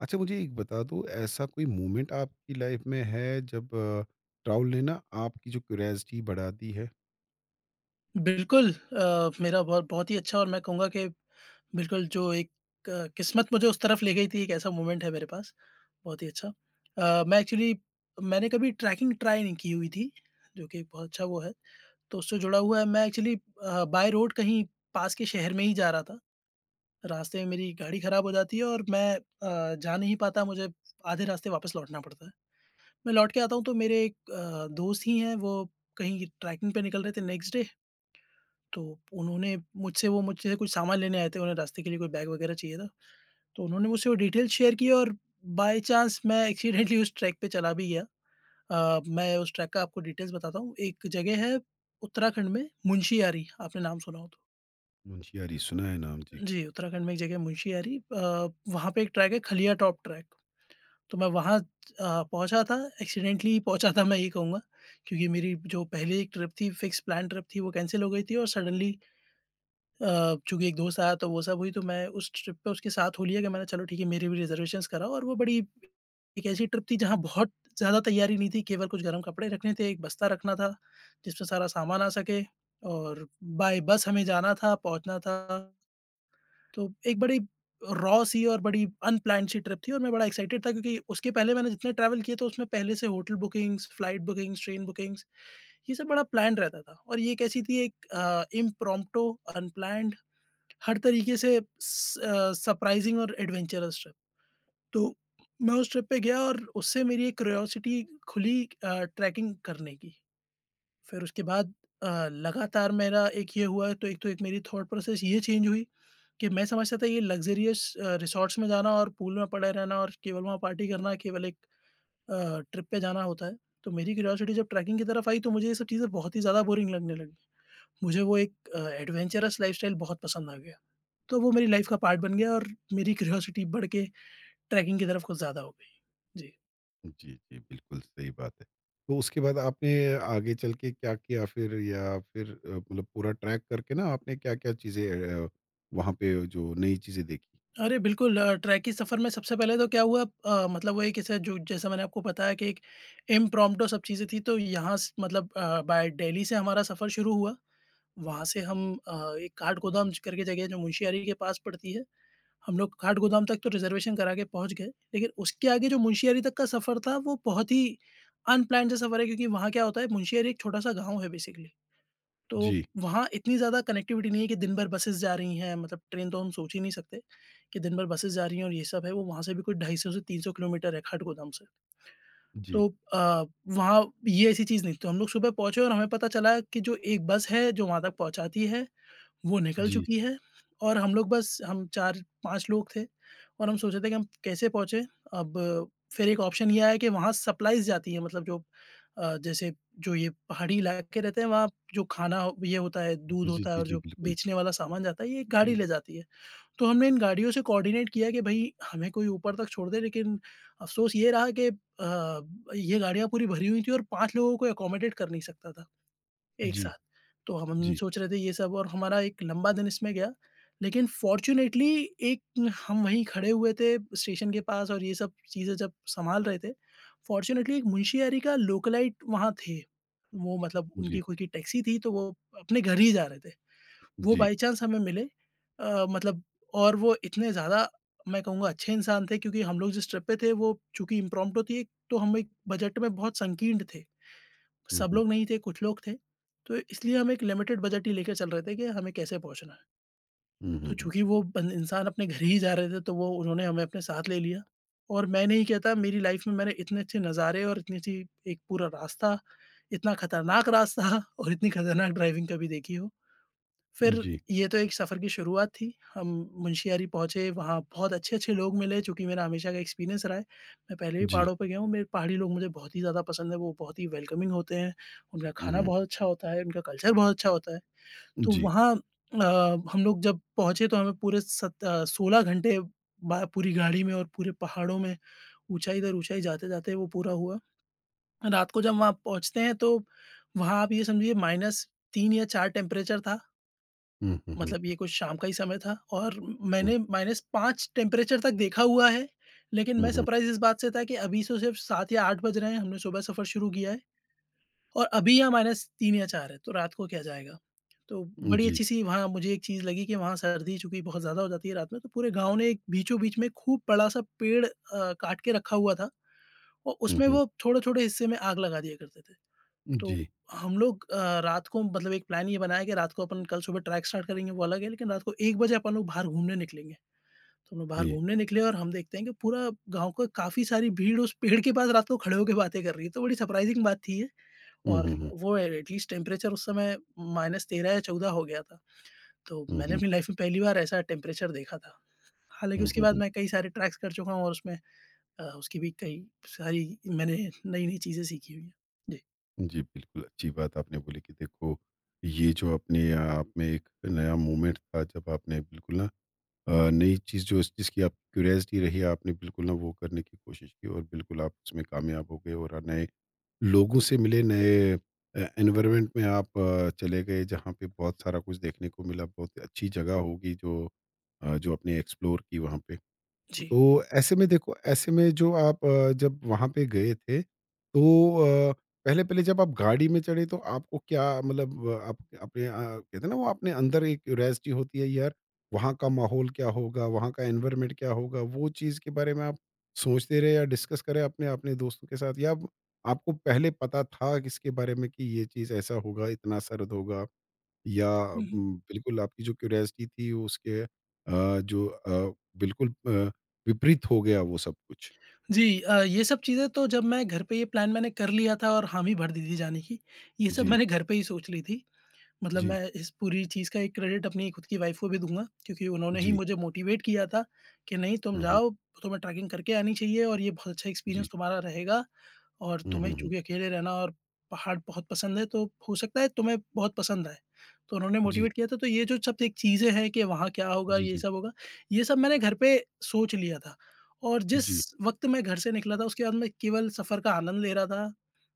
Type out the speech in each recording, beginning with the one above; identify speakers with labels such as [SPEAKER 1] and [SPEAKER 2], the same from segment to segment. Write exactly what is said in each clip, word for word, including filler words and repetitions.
[SPEAKER 1] अच्छा, मुझे एक बता दो, ऐसा कोई मोमेंट आपकी लाइफ में है जब ट्रैवल ने ना आपकी जो क्यूरियोसिटी बढ़ा दी है।
[SPEAKER 2] बिल्कुल, अ, मेरा बहुत बहुत ही अच्छा। और मैं कहूँगा कि बिल्कुल जो एक अ, किस्मत मुझे उस तरफ ले गई थी, एक ऐसा मोमेंट है मेरे पास, बहुत ही अच्छा। अ, मैं एक्चुअली मैंने कभी ट्रैकिंग ट्राई नहीं की हुई थी, जो कि एक बहुत अच्छा वो है। तो उससे जुड़ा हुआ है, मैं एक्चुअली अ, बाय रोड कहीं पास के शहर में ही जा रहा था। रास्ते में मेरी गाड़ी खराब हो जाती है और मैं अ, जा नहीं पाता, मुझे आधे रास्ते वापस लौटना पड़ता है। मैं लौट के आता हूँ तो मेरे एक अ, दोस्त ही हैं, वो कहीं ट्रैकिंग पे निकल रहे थे नेक्स्ट डे। तो उन्होंने मुझसे वो मुझसे कुछ सामान लेने आए थे, उन्हें रास्ते के लिए कोई बैग वगैरह चाहिए था। तो उन्होंने मुझसे वो डिटेल्स शेयर की और बाय चांस मैं एक्सीडेंटली उस ट्रैक पे चला भी गया। अ, मैं उस ट्रैक का आपको डिटेल्स बताता हूँ। एक जगह है उत्तराखंड में मुंशियारी, आपने नाम सुना हो तो।
[SPEAKER 1] मुंशियारी सुना है नाम जी।
[SPEAKER 2] जी, उत्तराखंड में एक जगह है मुंशियारी, अ, वहाँ पे एक ट्रैक है, खलिया टॉप ट्रैक। तो मैं वहाँ अ, पहुँचा था, एक्सीडेंटली पहुँचा था मैं ये कहूँगा, क्योंकि मेरी जो पहले एक ट्रिप थी, फिक्स प्लान ट्रिप थी, वो कैंसल हो गई थी और सडनली अ, चूँकि एक दोस्त आया तो वो सब हुई, तो मैं उस ट्रिप पे उसके साथ हो लिया कि मैंने चलो ठीक है मेरी भी रिज़र्वेशंस कराओ। और वो बड़ी एक ऐसी ट्रिप थी जहाँ बहुत ज़्यादा तैयारी नहीं थी, केवल कुछ गर्म कपड़े रखने थे, एक बस्ता रखना था जिसमें सारा सामान आ सके, और बाय बस हमें जाना था, पहुँचना था। तो एक बड़ी रॉ सी और बड़ी अनप्लान्ड सी ट्रिप थी और मैं बड़ा एक्साइटेड था क्योंकि उसके पहले मैंने जितने ट्रैवल किए तो उसमें पहले से hotel bookings, flight bookings, train bookings, ये सब बड़ा प्लान्ड रहता था। और ये एक ऐसी थी, एक अ, इम्प्रॉम्प्टू, अनप्लान्ड, हर तरीके से स अ, सरप्राइज़िंग और एडवेंचरस ट्रिप। तो मैं उस ट्रिप पे गया और उससे मेरी एक क्यूरियोसिटी खुली, अ, ट्रैकिंग करने की। फिर उसके बाद अ, लगातार मेरा एक ये हुआ है, तो एक तो एक मेरी थॉट प्रोसेस ये चेंज हुई कि मैं समझता था ये लग्ज़रियस अ, रिसॉर्ट्स में जाना और पूल में पड़े रहना और केवल वहाँ पार्टी करना केवल एक अ, ट्रिप पे जाना होता है। तो मेरी क्यूरियोसिटी जब ट्रैकिंग की तरफ आई तो मुझे ये सब चीज़ें बहुत ही ज़्यादा बोरिंग लगने लगी। मुझे वो एक अ, एडवेंचरस लाइफ़स्टाइल बहुत पसंद आ गया। तो वो मेरी लाइफ़ का पार्ट बन गया और मेरी क्यूरियोसिटी बढ़ के ट्रैकिंग की तरफ कुछ ज़्यादा हो गई। जी।
[SPEAKER 1] जी जी, बिल्कुल सही बात है। तो उसके बाद आपने आगे चल के क्या किया फिर, या फिर अ, मतलब पूरा ट्रैक करके ना आपने क्या क्या चीज़ें वहाँ पे जो नई चीज़ें देखी।
[SPEAKER 2] अरे बिल्कुल, अ, ट्रैक के सफ़र में सबसे पहले तो क्या हुआ, अ, मतलब वही कि स जो जैसा मैंने आपको बताया कि एक इम्प्रॉम्प्टू सब चीज़ें थी, तो यहाँ स मतलब अ, बाय दिल्ली से हमारा सफ़र शुरू हुआ। वहाँ से हम अ, एक काठगोदाम ज करके जगह है जो मुंशियारी के पास पड़ती है। हम लोग काठगोदाम तक तो रिज़र्वेशन करा के पहुँच गए, लेकिन उसके आगे जो मुंशियारी तक का सफ़र था, वो बहुत ही अनप्लान्ड सा सफ़र है, क्योंकि वहाँ क्या होता है, मुंशियारी एक छोटा-सा गाँव है बेसिकली। तो
[SPEAKER 1] जी
[SPEAKER 2] वहाँ इतनी ज़्यादा कनेक्टिविटी नहीं है कि दिन भर बसेज़ जा रही हैं, मतलब ट्रेन तो हम सोच ही नहीं सकते कि दिन भर बसेज़ जा रही हैं और ये सब है, वो वहाँ से भी कोई दो सौ पचास से तीन सौ किलोमीटर है काठगोदाम से।
[SPEAKER 1] जी
[SPEAKER 2] तो अ, वहाँ ये ऐसी चीज़ नहीं थी, तो हम लोग सुबह पहुँचे और हमें पता चला कि जो एक बस है जो वहाँ तक पहुँचाती है, वो निकल
[SPEAKER 1] जी
[SPEAKER 2] चुकी है। और हम लोग बस हम चार पाँच लोग थे और हम सोच रहे थे कि हम कैसे पहुँचे? अब फिर एक ऑप्शन ये आया कि वहाँ सप्लाइज़ जाती है, मतलब जो अ, जैसे जो ये पहाड़ी इलाके रहते हैं वहाँ जो खाना हो- ये होता है,
[SPEAKER 1] जी
[SPEAKER 2] दूध
[SPEAKER 1] जी
[SPEAKER 2] होता है
[SPEAKER 1] जी
[SPEAKER 2] और
[SPEAKER 1] जी,
[SPEAKER 2] जो
[SPEAKER 1] बिल्कुल।
[SPEAKER 2] बेचने वाला सामान जाता है ये एक गाड़ी
[SPEAKER 1] हम्म।
[SPEAKER 2] ले जाती है। तो हमने इन गाड़ियों से कोऑर्डिनेट किया कि भई हमें कोई ऊपर तक छोड़ दे, लेकिन अफ़सोस ये रहा कि अ, ये गाड़ियाँ पूरी भरी हुई थी और पाँच लोगों को अकोमोडेट कर नहीं सकता था एक
[SPEAKER 1] जी
[SPEAKER 2] साथ। तो हम हम
[SPEAKER 1] जी
[SPEAKER 2] सोच रहे थे ये सब और हमारा एक लंबा दिन इसमें गया, लेकिन फ़ॉर्च्यूनेटली एक हम वहीं खड़े हुए थे स्टेशन के पास और ये सब चीज़ें जब सँभाल रहे थे, फ़ॉर्च्यूनेटली एक मुंशियारी का लोकेलाइट वहाँ थे। वो मतलब
[SPEAKER 1] जी
[SPEAKER 2] उनकी खुद की टैक्सी थी, तो वो अपने घर ही जा रहे थे। वो
[SPEAKER 1] जी।
[SPEAKER 2] बाई चांस हमें मिले, अ, मतलब, और वो इतने ज़्यादा, मैं कहूँगा, अच्छे इंसान थे क्योंकि हम लोग जिस ट्रिप पे थे वो चूँकि इम्प्रॉम्प्टू थी, तो हम एक बजट में बहुत संकीर्ण थे।
[SPEAKER 1] हम्म
[SPEAKER 2] सब
[SPEAKER 1] हम्म
[SPEAKER 2] लोग नहीं थे, कुछ लोग थे, तो इसलिए हम एक लिमिटेड बजट ही लेके चल रहे थे कि हमें कैसे पहुँचना है।
[SPEAKER 1] हम्म हम्म
[SPEAKER 2] तो चूँकि
[SPEAKER 1] हम्म।
[SPEAKER 2] वो बन इंसान अपने घर ही जा रहे थे, तो वो उन्होंने हमें अपने साथ ले लिया। और मैं नहीं कहता मेरी लाइफ़ में मैंने इतने अच्छे नज़ारे और इतनी अच्छी एक पूरा रास्ता, इतना खतरनाक रास्ता और इतनी खतरनाक ड्राइविंग कभी देखी हो। फिर
[SPEAKER 1] जी
[SPEAKER 2] ये तो एक सफ़र की शुरुआत थी। हम मुंशियारी पहुँचे, वहाँ बहुत अच्छे-अच्छे लोग मिले जो कि मेरा हमेशा का एक्सपीरियंस रहा है। मैं पहले भी
[SPEAKER 1] जी।
[SPEAKER 2] पहाड़ों पे गया हूँ, मेरे पहाड़ी लोग मुझे बहुत ही ज़्यादा पसंद है, वो बहुत ही वेलकमिंग होते हैं, उनका
[SPEAKER 1] हम्म
[SPEAKER 2] खाना
[SPEAKER 1] हम्म।
[SPEAKER 2] बहुत अच्छा होता है, उनका कल्चर बहुत अच्छा होता है। तो
[SPEAKER 1] जी।
[SPEAKER 2] वहाँ अ, हम लोग जब पहुँचे तो हमें पूरे सत अ, सोलह घंटे बा पूरी गाड़ी में और पूरे पहाड़ों में ऊँचाई दर ऊँचाई जाते-जाते वो पूरा हुआ। रात को जब वहाँ पहुँचते हैं तो वहाँ आप ये समझिए माइनस तीन या चार टेम्परेचर था।
[SPEAKER 1] हम्म हम्म हम्म।
[SPEAKER 2] मतलब ये कुछ शाम का ही समय था और मैंने माइनस पाँच टेम्परेचर तक देखा हुआ है, लेकिन
[SPEAKER 1] हुँ,
[SPEAKER 2] मैं
[SPEAKER 1] हुँ।
[SPEAKER 2] सरप्राइज़ इस बात से था कि अभी तो सिर्फ़ सात या आठ बज रहे हैं, हमने सुबह सफ़र शुरू किया है और अभी यहाँ माइनस तीन या चार है, तो रात को क्या जाएगा? तो बड़ी
[SPEAKER 1] जी।
[SPEAKER 2] अच्छी-सी वहाँ मुझे एक चीज़ लगी कि वहाँ सर्दी चूँकि बहुत ज़्यादा हो जाती है रात में, तो पूरे गाँव ने एक बीचों-बीच में खूब बड़ा-सा पेड़ अ, काट के रखा हुआ था और
[SPEAKER 1] हुँ,
[SPEAKER 2] उसमें
[SPEAKER 1] हुँ।
[SPEAKER 2] वो छोटे-छोटे हिस्से में आग लगा दिया करते थे। तो
[SPEAKER 1] जी,
[SPEAKER 2] हम लोग अ, रात को मतलब एक प्लान ये बनाया कि रात को अपन कल सुबह ट्रैक स्टार्ट करेंगे वो अलग है, लेकिन रात को एक बजे अपन लोग बाहर घूमने निकलेंगे। तो हम लोग बाहर
[SPEAKER 1] जी।
[SPEAKER 2] घूमने निकले और हम देखते हैं कि पूरा गाँव का काफ़ी सारी भीड़ उस पेड़ के पास रात को खड़े होके बातें कर रही है, तो बड़ी सरप्राइज़िंग बात थी ये।
[SPEAKER 1] हुँ,
[SPEAKER 2] और
[SPEAKER 1] हुँ, हुँ।
[SPEAKER 2] वो एटलीस्ट टेम्परेचर उस समय माइनस तेरह या चौदह हो गया था। तो
[SPEAKER 1] हुँ,
[SPEAKER 2] मैंने
[SPEAKER 1] हुँ।
[SPEAKER 2] अपनी लाइफ़ में पहली बार ऐसा टेम्परेचर देखा था। हालाँकि
[SPEAKER 1] हुँ,
[SPEAKER 2] उसके
[SPEAKER 1] हुँ,
[SPEAKER 2] बाद
[SPEAKER 1] हुँ।
[SPEAKER 2] मैं कई सारे ट्रैक्स कर चुका हूँ और उसमें अ, उसकी भी कई सारी मैंने नई-नई चीज़ें सीखी हुई हैं। जी।
[SPEAKER 1] जी, बिल्कुल अच्छी बात आपने बोली कि देखो, ये जो अपने आप में एक नया मोमेंट था जब आपने बिल्कुल ना अ, नई चीज़ जो जिसकी आप क्यूरियोसिटी रही, आपने बिल्कुल ना वो करने की कोशिश की और बिल्कुल आप उसमें कामयाब हो गए और नए लोगों से मिले, नए ए एनवायरनमेंट में आप अ, चले गए जहाँ पे बहुत सारा कुछ देखने को मिला, बहुत अच्छी जगह होगी जो अ, जो आपने एक्सप्लोर की वहाँ पे।
[SPEAKER 2] जी।
[SPEAKER 1] तो ऐसे में देखो, ऐसे में जो आप अ, जब वहाँ पे गए थे, तो अ, पहले-पहले जब आप गाड़ी में चढ़े तो आपको क्या मतलब अ, आप अपने अ, कहते हैं ना वो अपने अंदर एक क्यूरियोसिटी होती है यार, वहाँ का माहौल क्या होगा, वहाँ का एनवायरनमेंट क्या होगा, वो चीज़ के बारे में आप सोचते रहे या डिस्कस करें अपने-अपने दोस्तों के साथ, या आप- आपको पहले पता था कि इसके बारे में कि ये चीज़ ऐसा होगा, इतना सर्द होगा? या
[SPEAKER 2] हुँ, हुँ।
[SPEAKER 1] उम, बिल्कुल आपकी जो क्यूरियोसिटी थी उसके अ, जो अ, बिल्कुल अ, विपरीत हो गया वो सब कुछ।
[SPEAKER 2] जी, अ, ये सब चीज़ें तो जब मैं घर पे ये प्लान मैंने कर लिया था और हामी भर दी थी जाने की, ये सब
[SPEAKER 1] जी,
[SPEAKER 2] मैंने घर पे ही सोच ली थी। मतलब
[SPEAKER 1] जी,
[SPEAKER 2] मैं इस पूरी चीज़ का एक क्रेडिट अपनी खुद की वाइफ़ को भी दूँगा क्योंकि उन्होंने ही
[SPEAKER 1] जी।
[SPEAKER 2] मुझे मोटिवेट किया था कि नहीं तुम
[SPEAKER 1] हुँ, हुँ।
[SPEAKER 2] जाओ, तुम्हें ट्रैकिंग करके आनी चाहिए और ये बहुत अच्छा
[SPEAKER 1] जी।
[SPEAKER 2] एक्सपीरियंस तुम्हारा रहेगा, और
[SPEAKER 1] हुँ,
[SPEAKER 2] तुम्हें
[SPEAKER 1] हुँ, हुँ।
[SPEAKER 2] चूँकि अकेले रहना और पहाड़ बहुत पसंद है, तो हो सकता है तुम्हें बहुत पसंद आए। तो उन्होंने
[SPEAKER 1] जी,
[SPEAKER 2] मोटिवेट किया था, तो ये जो सब एक चीज़ें हैं कि वहाँ क्या होगा,
[SPEAKER 1] जी,
[SPEAKER 2] ये
[SPEAKER 1] जी,
[SPEAKER 2] सब होगा, ये सब मैंने घर पे सोच लिया था। और जिस
[SPEAKER 1] जी,
[SPEAKER 2] वक़्त मैं घर से निकला था, उसके बाद मैं केवल सफ़र का आनंद ले रहा था,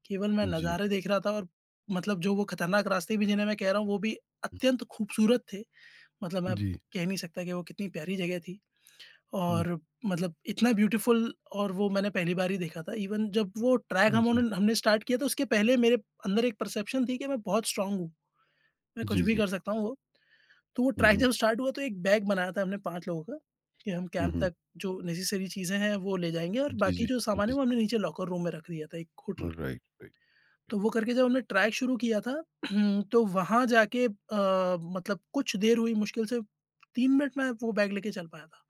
[SPEAKER 2] केवल मैं
[SPEAKER 1] जी,
[SPEAKER 2] नज़ारे देख रहा था, और मतलब जो वो खतरनाक रास्ते भी जिन्हें मैं कह रहा हूँ, वो भी
[SPEAKER 1] हुँ,
[SPEAKER 2] अत्यंत खूबसूरत थे। मतलब मैं
[SPEAKER 1] जी,
[SPEAKER 2] कह नहीं सकता कि वो कितनी प्यारी जगह थी।
[SPEAKER 1] हुँ,
[SPEAKER 2] और मतलब इतना ब्यूटीफुल और वो मैंने पहली बार ही देखा था। इवन जब वो ट्रैक हम
[SPEAKER 1] जी,
[SPEAKER 2] उन्होंने हमने स्टार्ट किया तो उसके पहले मेरे अंदर एक परसेप्शन थी कि मैं बहुत स्ट्रॉन्ग हूँ, मैं कुछ
[SPEAKER 1] जी,
[SPEAKER 2] भी
[SPEAKER 1] जी।
[SPEAKER 2] कर सकता हूँ वो। तो वो
[SPEAKER 1] हुँ,
[SPEAKER 2] ट्रैक
[SPEAKER 1] हुँ,
[SPEAKER 2] जब स्टार्ट हुआ तो एक बैग बनाया था हमने पाँच लोगों का कि हम
[SPEAKER 1] हुँ,
[SPEAKER 2] कैंप
[SPEAKER 1] हुँ।
[SPEAKER 2] तक जो नेसेसरी चीज़ें हैं वो ले जाएँगे, और
[SPEAKER 1] जी,
[SPEAKER 2] बाकी
[SPEAKER 1] जी,
[SPEAKER 2] जो सामान है
[SPEAKER 1] जी।
[SPEAKER 2] वो हमने नीचे लॉकर रूम में रख दिया था एक होटल
[SPEAKER 1] राइट,
[SPEAKER 2] के।
[SPEAKER 1] Right, right.
[SPEAKER 2] तो वो करके जब हमने ट्रैक शुरू किया था तो वहाँ जाके अ, मतलब कुछ देर हुई, मुश्किल से तीन मिनट मैं वो बैग लेके चल पाया था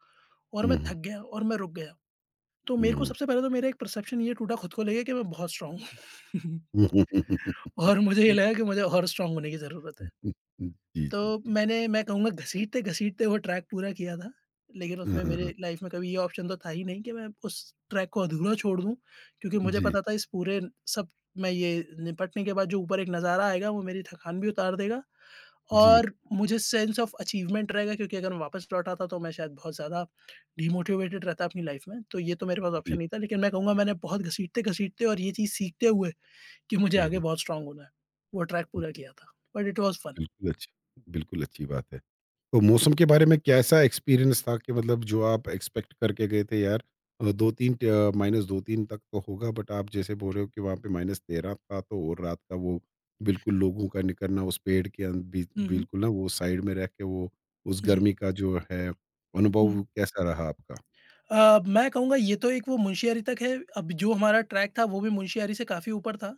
[SPEAKER 2] और
[SPEAKER 1] हुँ,
[SPEAKER 2] मैं
[SPEAKER 1] हुँ,
[SPEAKER 2] थक गया और मैं रुक गया। तो
[SPEAKER 1] हुँ,
[SPEAKER 2] मेरे को
[SPEAKER 1] हुँ।
[SPEAKER 2] सबसे पहले तो मेरा एक परसेप्शन ये टूटा खुद को लेके कि मैं बहुत स्ट्राँग हूँ। और मुझे ये
[SPEAKER 1] जी,
[SPEAKER 2] लगा कि मुझे और स्ट्राँग होने की ज़रूरत है।
[SPEAKER 1] हुँ, जी,
[SPEAKER 2] तो
[SPEAKER 1] जी, जी।
[SPEAKER 2] मैंने मैं कहूँगा घसीटते-घसीटते वो ट्रैक पूरा किया था, लेकिन
[SPEAKER 1] हाँ,
[SPEAKER 2] उसमें
[SPEAKER 1] हाँ, हाँ।
[SPEAKER 2] मेरे लाइफ़ में कभी ये ऑप्शन तो था ही नहीं कि मैं उस ट्रैक को अधूरा छोड़ दूँ, क्योंकि मुझे
[SPEAKER 1] जी,
[SPEAKER 2] पता था इस पूरे सब मैं ये निपटने के बाद जो ऊपर एक नज़ारा आएगा वो मेरी थकान भी उतार देगा
[SPEAKER 1] जी,
[SPEAKER 2] और मुझे सेंस ऑफ अचीवमेंट रहेगा, क्योंकि अगर मैं वापस लौट आता तो मैं शायद बहुत ज़्यादा डिमोटिवेटेड रहता अपनी लाइफ में, तो ये तो मेरे पास ऑप्शन
[SPEAKER 1] जी।
[SPEAKER 2] नहीं था। लेकिन मैं कहूँगा मैंने बहुत घसीटते-घसीटते और ये चीज़ सीखते हुए कि मुझे
[SPEAKER 1] हुँ,
[SPEAKER 2] आगे
[SPEAKER 1] हुँ।
[SPEAKER 2] बहुत स्ट्रॉन्ग होना है, वो ट्रैक पूरा
[SPEAKER 1] जी,
[SPEAKER 2] किया था। But it was fun.
[SPEAKER 1] बिल्कुल अच्छी बिल्कुल अच्छी बात है। तो मौसम के बारे में कैसा एक्सपीरियंस था कि मतलब जो आप एक्सपेक्ट करके गए थे यार, अ, दो तीन, अ, माइनस दो तीन तक तो होगा, बट आप जैसे बोल रहे हो कि वहाँ पे माइनस तेरह था, तो और रात का वो बिल्कुल लोगों का निकलना उस पेड़ के अन- बी-
[SPEAKER 2] हुँ, हुँ।
[SPEAKER 1] बिल्कुल ना वो साइड में रह के वो उस
[SPEAKER 2] जी।
[SPEAKER 1] गर्मी का जो है अनुभव
[SPEAKER 2] हुँ।
[SPEAKER 1] कैसा रहा आपका?
[SPEAKER 2] अ, मैं कहूँगा ये तो एक वो मुंशियारी तक है, अब जो हमारा ट्रैक था वो भी मुंशियारी से काफ़ी ऊपर था,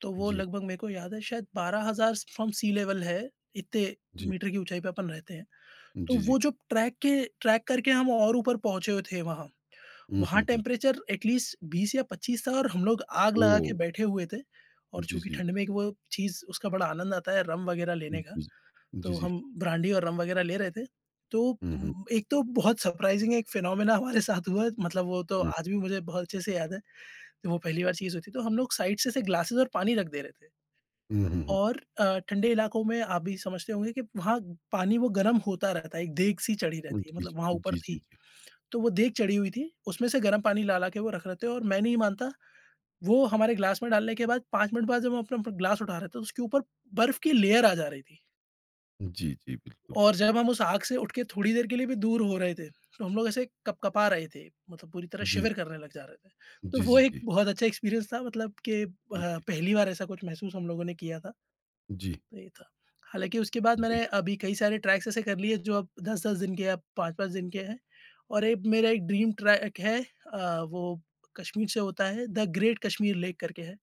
[SPEAKER 2] तो वो
[SPEAKER 1] जी,
[SPEAKER 2] लगभग मेरे को याद है शायद बारह हज़ार फ्रॉम सी लेवल है, इतने
[SPEAKER 1] जी,
[SPEAKER 2] मीटर की ऊँचाई पे अपन रहते हैं। तो
[SPEAKER 1] जी,
[SPEAKER 2] वो
[SPEAKER 1] जी।
[SPEAKER 2] जो ट्रैक के ट्रैक करके हम और ऊपर पहुँचे हुए थे वहाँ।
[SPEAKER 1] हुँ,
[SPEAKER 2] वहाँ
[SPEAKER 1] हुँ, हुँ।
[SPEAKER 2] टेम्परेचर एटलीस्ट बीस या पच्चीस था और हम लोग आग लगा
[SPEAKER 1] ओह!
[SPEAKER 2] के बैठे हुए थे। और
[SPEAKER 1] जी,
[SPEAKER 2] चूँकि
[SPEAKER 1] जी।
[SPEAKER 2] ठंड में एक वो चीज़ उसका बड़ा आनंद आता है रम वग़ैरह लेने का,
[SPEAKER 1] जी, जी,
[SPEAKER 2] तो
[SPEAKER 1] जी।
[SPEAKER 2] हम ब्रांडी और रम वग़ैरह ले रहे थे। तो
[SPEAKER 1] हुँ, हुँ,
[SPEAKER 2] उम, एक तो बहुत सरप्राइज़िंग एक फिनोमेना हमारे साथ हुआ, मतलब वो तो
[SPEAKER 1] हुँ।
[SPEAKER 2] आज भी मुझे बहुत अच्छे से याद है। तो वो पहली बार चीज़ हुई थी, तो हम लोग साइड से ऐसे ग्लासेस और पानी रख दे रहे थे।
[SPEAKER 1] हुँ, हुँ, हुँ।
[SPEAKER 2] और अ, ठंडे इलाकों में आप भी समझते होंगे कि वहाँ पानी वो गर्म होता रहता है, एक देग सी
[SPEAKER 1] जी, हम्म, हम्म,
[SPEAKER 2] चढ़ी
[SPEAKER 1] हम्म, हम्म,
[SPEAKER 2] रहती है, मतलब वहाँ
[SPEAKER 1] हम्म, हम्म।
[SPEAKER 2] ऊपर
[SPEAKER 1] जी, जी, जी,
[SPEAKER 2] थी।
[SPEAKER 1] जी।
[SPEAKER 2] तो वो देग चढ़ी हुई थी, उसमें से गर्म पानी ला-ला के वो रख रहे थे और मैं नहीं मानता, वो हमारे ग्लास में डालने के बाद पाँच मिनट बाद जब हम अपना ग्लास उठा रहे थे, तो उसके ऊपर बर्फ़ की लेयर आ जा रही थी।
[SPEAKER 1] जी, जी, बिल्कुल।
[SPEAKER 2] और जब हम उस आग से उठ के थोड़ी देर के लिए भी दूर हो रहे थे, तो हम लोग ऐसे कँप-कँपा रहे थे, मतलब पूरी तरह
[SPEAKER 1] जी।
[SPEAKER 2] शिविर करने लग जा रहे थे। तो
[SPEAKER 1] जी,
[SPEAKER 2] वो
[SPEAKER 1] जी,
[SPEAKER 2] एक
[SPEAKER 1] जी।
[SPEAKER 2] बहुत अच्छा एक्सपीरियंस था, मतलब कि अ,
[SPEAKER 1] जी,
[SPEAKER 2] पहली बार ऐसा कुछ महसूस हम लोगों ने किया था।
[SPEAKER 1] जी,
[SPEAKER 2] तो ये था। हालाँकि उसके बाद मैंने
[SPEAKER 1] बिल्कुल।
[SPEAKER 2] अभी कई सारे ट्रैक्स ऐसे कर लिए जो अब दस दस दिन के या पाँच पाँच दिन के हैं। और एक मेरा एक ड्रीम ट्रैक है, अ, वो कश्मीर से होता है, द ग्रेट कश्मीर लेक करके है।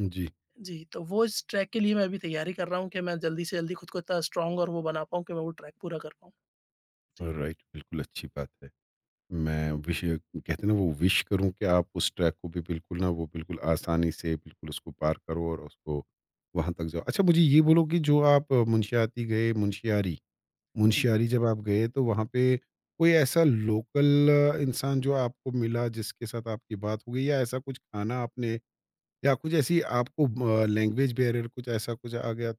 [SPEAKER 1] जी,
[SPEAKER 2] जी, तो वो इस ट्रैक के लिए मैं अभी तैयारी कर रहा हूँ कि मैं जल्दी से जल्दी खुद को इतना स्ट्रॉन्ग और वो बना पाऊँ कि मैं वो ट्रैक पूरा कर पाऊँ। जी।
[SPEAKER 1] राइट, बिल्कुल अच्छी बात है। मैं विश कहते हैं ना, वो विश करूँ कि आप उस ट्रैक को भी बिल्कुल ना वो बिल्कुल आसानी से बिल्कुल उसको पार करो और उसको वहाँ तक जाओ। अच्छा, मुझे ये बोलो कि जो आप मुनस्याती गए मुनस्यारी,
[SPEAKER 2] जी।
[SPEAKER 1] मुनस्यारी जब आप गए तो वहाँ पे कोई ऐसा लोकल अ, इंसान जो आपको मिला जिसके साथ आपकी बात हो गई, या ऐसा कुछ खाना आपने, या कुछ ऐसी आपको अ, लैंग्वेज बैरियर कुछ ऐसा कुछ आ गया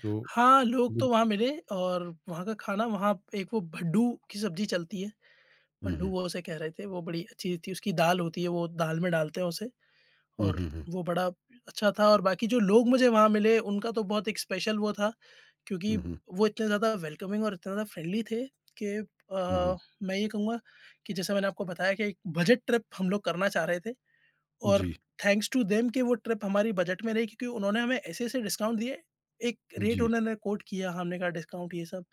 [SPEAKER 1] जो,
[SPEAKER 2] हाँ, लोग तो
[SPEAKER 1] बिल्कुल।
[SPEAKER 2] वहाँ मिले और वहाँ का खाना, वहाँ एक वो भड्डू की सब्ज़ी चलती है,
[SPEAKER 1] हुँ,
[SPEAKER 2] भड्डू
[SPEAKER 1] हुँ।
[SPEAKER 2] वो उसे कह रहे थे, वो बड़ी अच्छी थी, उसकी दाल होती है, वो दाल में डालते हैं उसे।
[SPEAKER 1] हुँ,
[SPEAKER 2] और
[SPEAKER 1] हुँ, हुँ।
[SPEAKER 2] वो बड़ा अच्छा था। और बाकी जो लोग मुझे वहाँ मिले उनका तो बहुत एक स्पेशल वो था, क्योंकि
[SPEAKER 1] हुँ, हुँ।
[SPEAKER 2] वो इतने ज़्यादा वेलकमिंग और इतने ज़्यादा फ्रेंडली थे कि
[SPEAKER 1] हुँ, हुँ।
[SPEAKER 2] अ, मैं ये कहूँगा कि जैसे मैंने आपको बताया कि एक बजट ट्रिप हम लोग करना चाह रहे थे और
[SPEAKER 1] जी,
[SPEAKER 2] थैंक्स टू देम कि वो ट्रिप हमारी बजट में रही, क्योंकि उन्होंने हमें ऐसे ऐसे डिस्काउंट दिए, एक रेट
[SPEAKER 1] जी।
[SPEAKER 2] उन्होंने कोट किया, हमने कहा डिस्काउंट ये सब,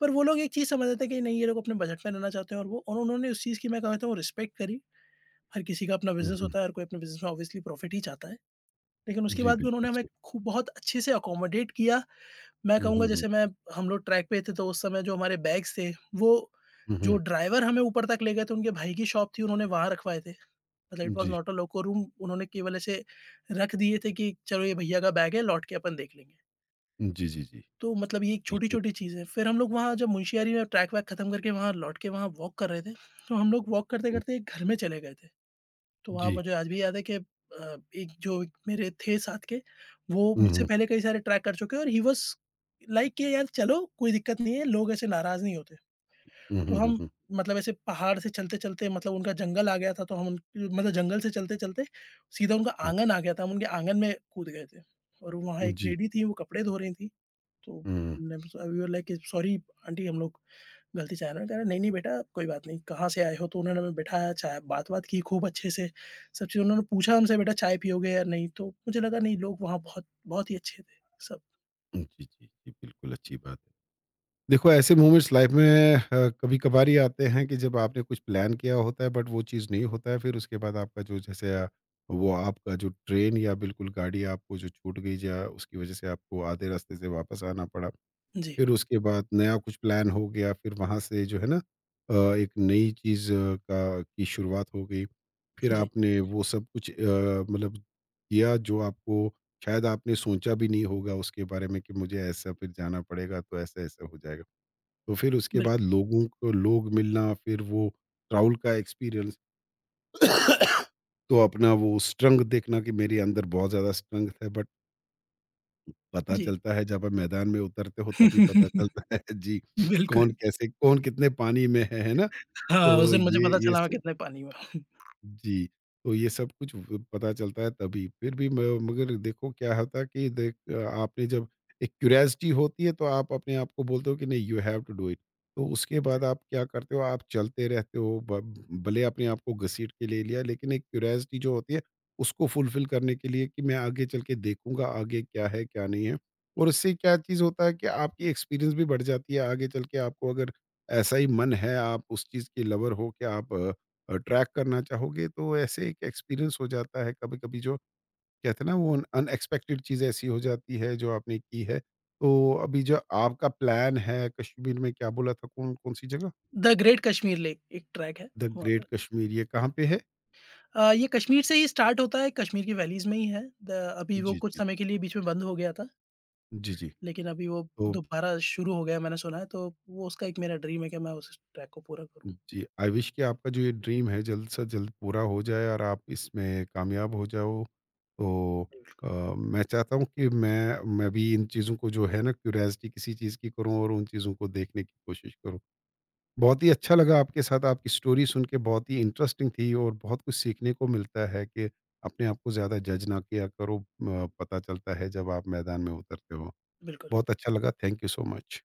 [SPEAKER 2] पर वो लोग एक चीज़ समझ रहे थे कि नहीं ये लोग अपने बजट में रहना चाहते हैं। और वो और उन्होंने उस चीज़ की, मैं कहता हूँ, रिस्पेक्ट करी। हर किसी का अपना
[SPEAKER 1] हुँ,
[SPEAKER 2] बिजनेस
[SPEAKER 1] हुँ।
[SPEAKER 2] होता है, हर कोई अपने बिजनेस में ऑब्वियसली प्रॉफिट ही चाहता है, लेकिन उसके
[SPEAKER 1] जी,
[SPEAKER 2] बाद भी
[SPEAKER 1] बिल्कुल
[SPEAKER 2] उन्होंने हमें
[SPEAKER 1] सही।
[SPEAKER 2] खूब बहुत अच्छे से अकोमोडेट किया। मैं
[SPEAKER 1] हुँ,
[SPEAKER 2] कहूँगा,
[SPEAKER 1] हुँ, हुँ।
[SPEAKER 2] जैसे मैं हम लोग ट्रैक पे थे तो उस समय जो हमारे बैग्स थे, वो
[SPEAKER 1] हुँ,
[SPEAKER 2] जो
[SPEAKER 1] हुँ।
[SPEAKER 2] ड्राइवर हमें ऊपर तक ले गए थे उनके भाई की शॉप थी, उन्होंने वहाँ रखवाए थे। मतलब इट वाज़
[SPEAKER 1] जी।
[SPEAKER 2] नॉट अ लोको रूम, उन्होंने केवल ऐसे रख दिए थे कि चलो ये भैया का बैग है, लौट के अपन देख लेंगे।
[SPEAKER 1] जी, जी, जी।
[SPEAKER 2] तो मतलब ये
[SPEAKER 1] बिल्कुल।
[SPEAKER 2] छोटी-छोटी चीज़ें। फिर हम लोग वहाँ जब मुंशियारी में ट्रैक वैक खत्म करके वहाँ लौट के वहाँ वॉक कर रहे थे, तो हम लोग वॉक
[SPEAKER 1] हुँ,
[SPEAKER 2] करते-करते एक घर में चले गए थे। तो वहाँ
[SPEAKER 1] जी।
[SPEAKER 2] मुझे आज भी याद है कि अ, एक जो एक मेरे थे साथ के, वो
[SPEAKER 1] हुँ,
[SPEAKER 2] मुझसे
[SPEAKER 1] हुँ।
[SPEAKER 2] पहले कई सारे ट्रैक कर चुके हैं और ही वाज़ लाइक कि यार चलो कोई दिक्कत नहीं है, लोग ऐसे नाराज़ नहीं होते।
[SPEAKER 1] हुँ,
[SPEAKER 2] तो
[SPEAKER 1] हुँ, हुँ,
[SPEAKER 2] हम
[SPEAKER 1] हुँ,
[SPEAKER 2] मतलब ऐसे पहाड़ से चलते-चलते, मतलब उनका जंगल आ गया था, तो हम उन मतलब जंगल से चलते-चलते सीधा उनका
[SPEAKER 1] हुँ।
[SPEAKER 2] आँगन आ गया था, हम उनके आँगन में कूद गए थे। और वहाँ एक
[SPEAKER 1] जी।
[SPEAKER 2] लेडी थी, वो कपड़े धो रही थी, तो
[SPEAKER 1] हुँ, हुँ।
[SPEAKER 2] हमने वी वर लाइक कि सॉरी आंटी हम लोग गलती से आया ना, कह रहा, "नहीं, नहीं बेटा, कोई बात नहीं, कहाँ से आए हो?" तो उन्होंने हमें बिठाया, चाय बात-वात की खूब अच्छे से, सब चीज़ उन्होंने पूछा हमसे, "बेटा चाय पियोगे या नहीं?" तो मुझे लगा, नहीं लोग वहाँ बहुत बहुत ही अच्छे थे सब।
[SPEAKER 1] हुँ, जी, जी, जी, बिल्कुल अच्छी बात है। देखो, ऐसे मोमेंट्स लाइफ़ में अ, कभी-कभार ही आते हैं कि जब आपने कुछ प्लान किया होता है, बट वो चीज़ नहीं होता है, फिर उसके बाद आपका जो जैसे अ, वो आपका जो ट्रेन या बिल्कुल गाड़ी आपको जो छूट गई या उसकी वज़ह से आपको आधे रास्ते से वापस आना पड़ा।
[SPEAKER 2] जी,
[SPEAKER 1] फिर उसके बाद नया कुछ प्लान हो गया, फिर वहाँ से जो है ना अ, एक नई चीज़ अ, का की शुरुआत हो गई। फिर
[SPEAKER 2] जी,
[SPEAKER 1] आपने वो सब कुछ अ, मतलब किया जो आपको शायद आपने सोचा भी नहीं होगा उसके बारे में कि मुझे ऐसा फिर जाना पड़ेगा तो ऐसा-ऐसा हो जाएगा। तो फिर उसके
[SPEAKER 2] बिल्कुल,
[SPEAKER 1] बाद लोगों को लोग मिलना, फिर वो ट्रैवल का एक्सपीरियंस, तो अपना वो स्ट्रेंथ देखना कि मेरे अंदर बहुत ज़्यादा स्ट्रेंथ है, बट पता
[SPEAKER 2] जी।
[SPEAKER 1] चलता है जब आप मैदान में उतरते हो तभी पता चलता है। जी।
[SPEAKER 2] बिल्कुल।
[SPEAKER 1] कौन कैसे, कौन कितने पानी में है, है ना?
[SPEAKER 2] हाँ, उस
[SPEAKER 1] तो
[SPEAKER 2] दिन मुझे
[SPEAKER 1] ये
[SPEAKER 2] पता
[SPEAKER 1] ये
[SPEAKER 2] चला
[SPEAKER 1] स
[SPEAKER 2] मैं कितने पानी में हूँ।
[SPEAKER 1] जी। तो ये सब कुछ व पता चलता है तभी। फिर भी म मगर देखो, क्या होता है कि देख आपने जब एक क्यूरियोसिटी होती है तो आप अपने आप को बोलते हो कि नहीं, you have to do it. तो उसके
[SPEAKER 2] जी,
[SPEAKER 1] बाद आप क्या करते हो, आप चलते रहते हो, ब भले अपने आप को घसीट के ले लिया, लेकिन एक क्यूरियोसिटी जो होती है उसको फुलफिल करने के लिए कि मैं आगे चल के देखूँगा आगे क्या है क्या नहीं है। और उससे क्या चीज़ होता है कि आपकी एक्सपीरियंस भी बढ़ जाती है, आगे चल के आपको अगर ऐसा ही मन है, आप उस चीज़ के लवर हो के आप ट्रैक करना चाहोगे, तो ऐसे एक एक्सपीरियंस हो जाता है कभी-कभी, जो कहते हैं ना वो अनएक्सपेक्टेड चीज़ ऐसी हो जाती है जो आपने की है। तो अभी जो आपका प्लान है कश्मीर में, क्या बोला था? कौन, कौन सी जगह?
[SPEAKER 2] द ग्रेट कश्मीर लेक एक ट्रैक है
[SPEAKER 1] द
[SPEAKER 2] वहाँ
[SPEAKER 1] ग्रेट
[SPEAKER 2] पे।
[SPEAKER 1] कश्मीर, ये कहाँ पे है?
[SPEAKER 2] अ, ये कश्मीर से ही स्टार्ट होता है, कश्मीर की वैलीज़ में ही है। द अभी वो
[SPEAKER 1] जी,
[SPEAKER 2] कुछ
[SPEAKER 1] जी।
[SPEAKER 2] समय के लिए बीच में बंद हो गया था।
[SPEAKER 1] जी, जी।
[SPEAKER 2] लेकिन अभी वो
[SPEAKER 1] तो
[SPEAKER 2] दोबारा शुरू हो गया है मैंने सुना है, तो वो उसका एक मेरा ड्रीम है कि मैं उस ट्रैक को पूरा करूँ।
[SPEAKER 1] जी, आई विश कि आपका जो ये ड्रीम है जल्द से जल्द पूरा हो जाए और आप इसमें कामयाब हो जाओ। तो
[SPEAKER 2] जी, बिल्कुल।
[SPEAKER 1] अ, मैं चाहता हूँ कि मैं मैं भी इन चीज़ों को जो है ना क्यूरियोसिटी किसी चीज़ की करूँ और उन चीज़ों को देखने की कोशिश करूँ। बहुत ही अच्छा लगा आपके साथ, आपकी स्टोरी सुन के बहुत ही इंटरेस्टिंग थी, और बहुत कुछ सीखने को मिलता है कि अपने आप को ज़्यादा जज ना किया करो। अ, पता चलता है जब आप मैदान में उतरते हो।
[SPEAKER 2] बिल्कुल।
[SPEAKER 1] बहुत अच्छा लगा। Thank you so much.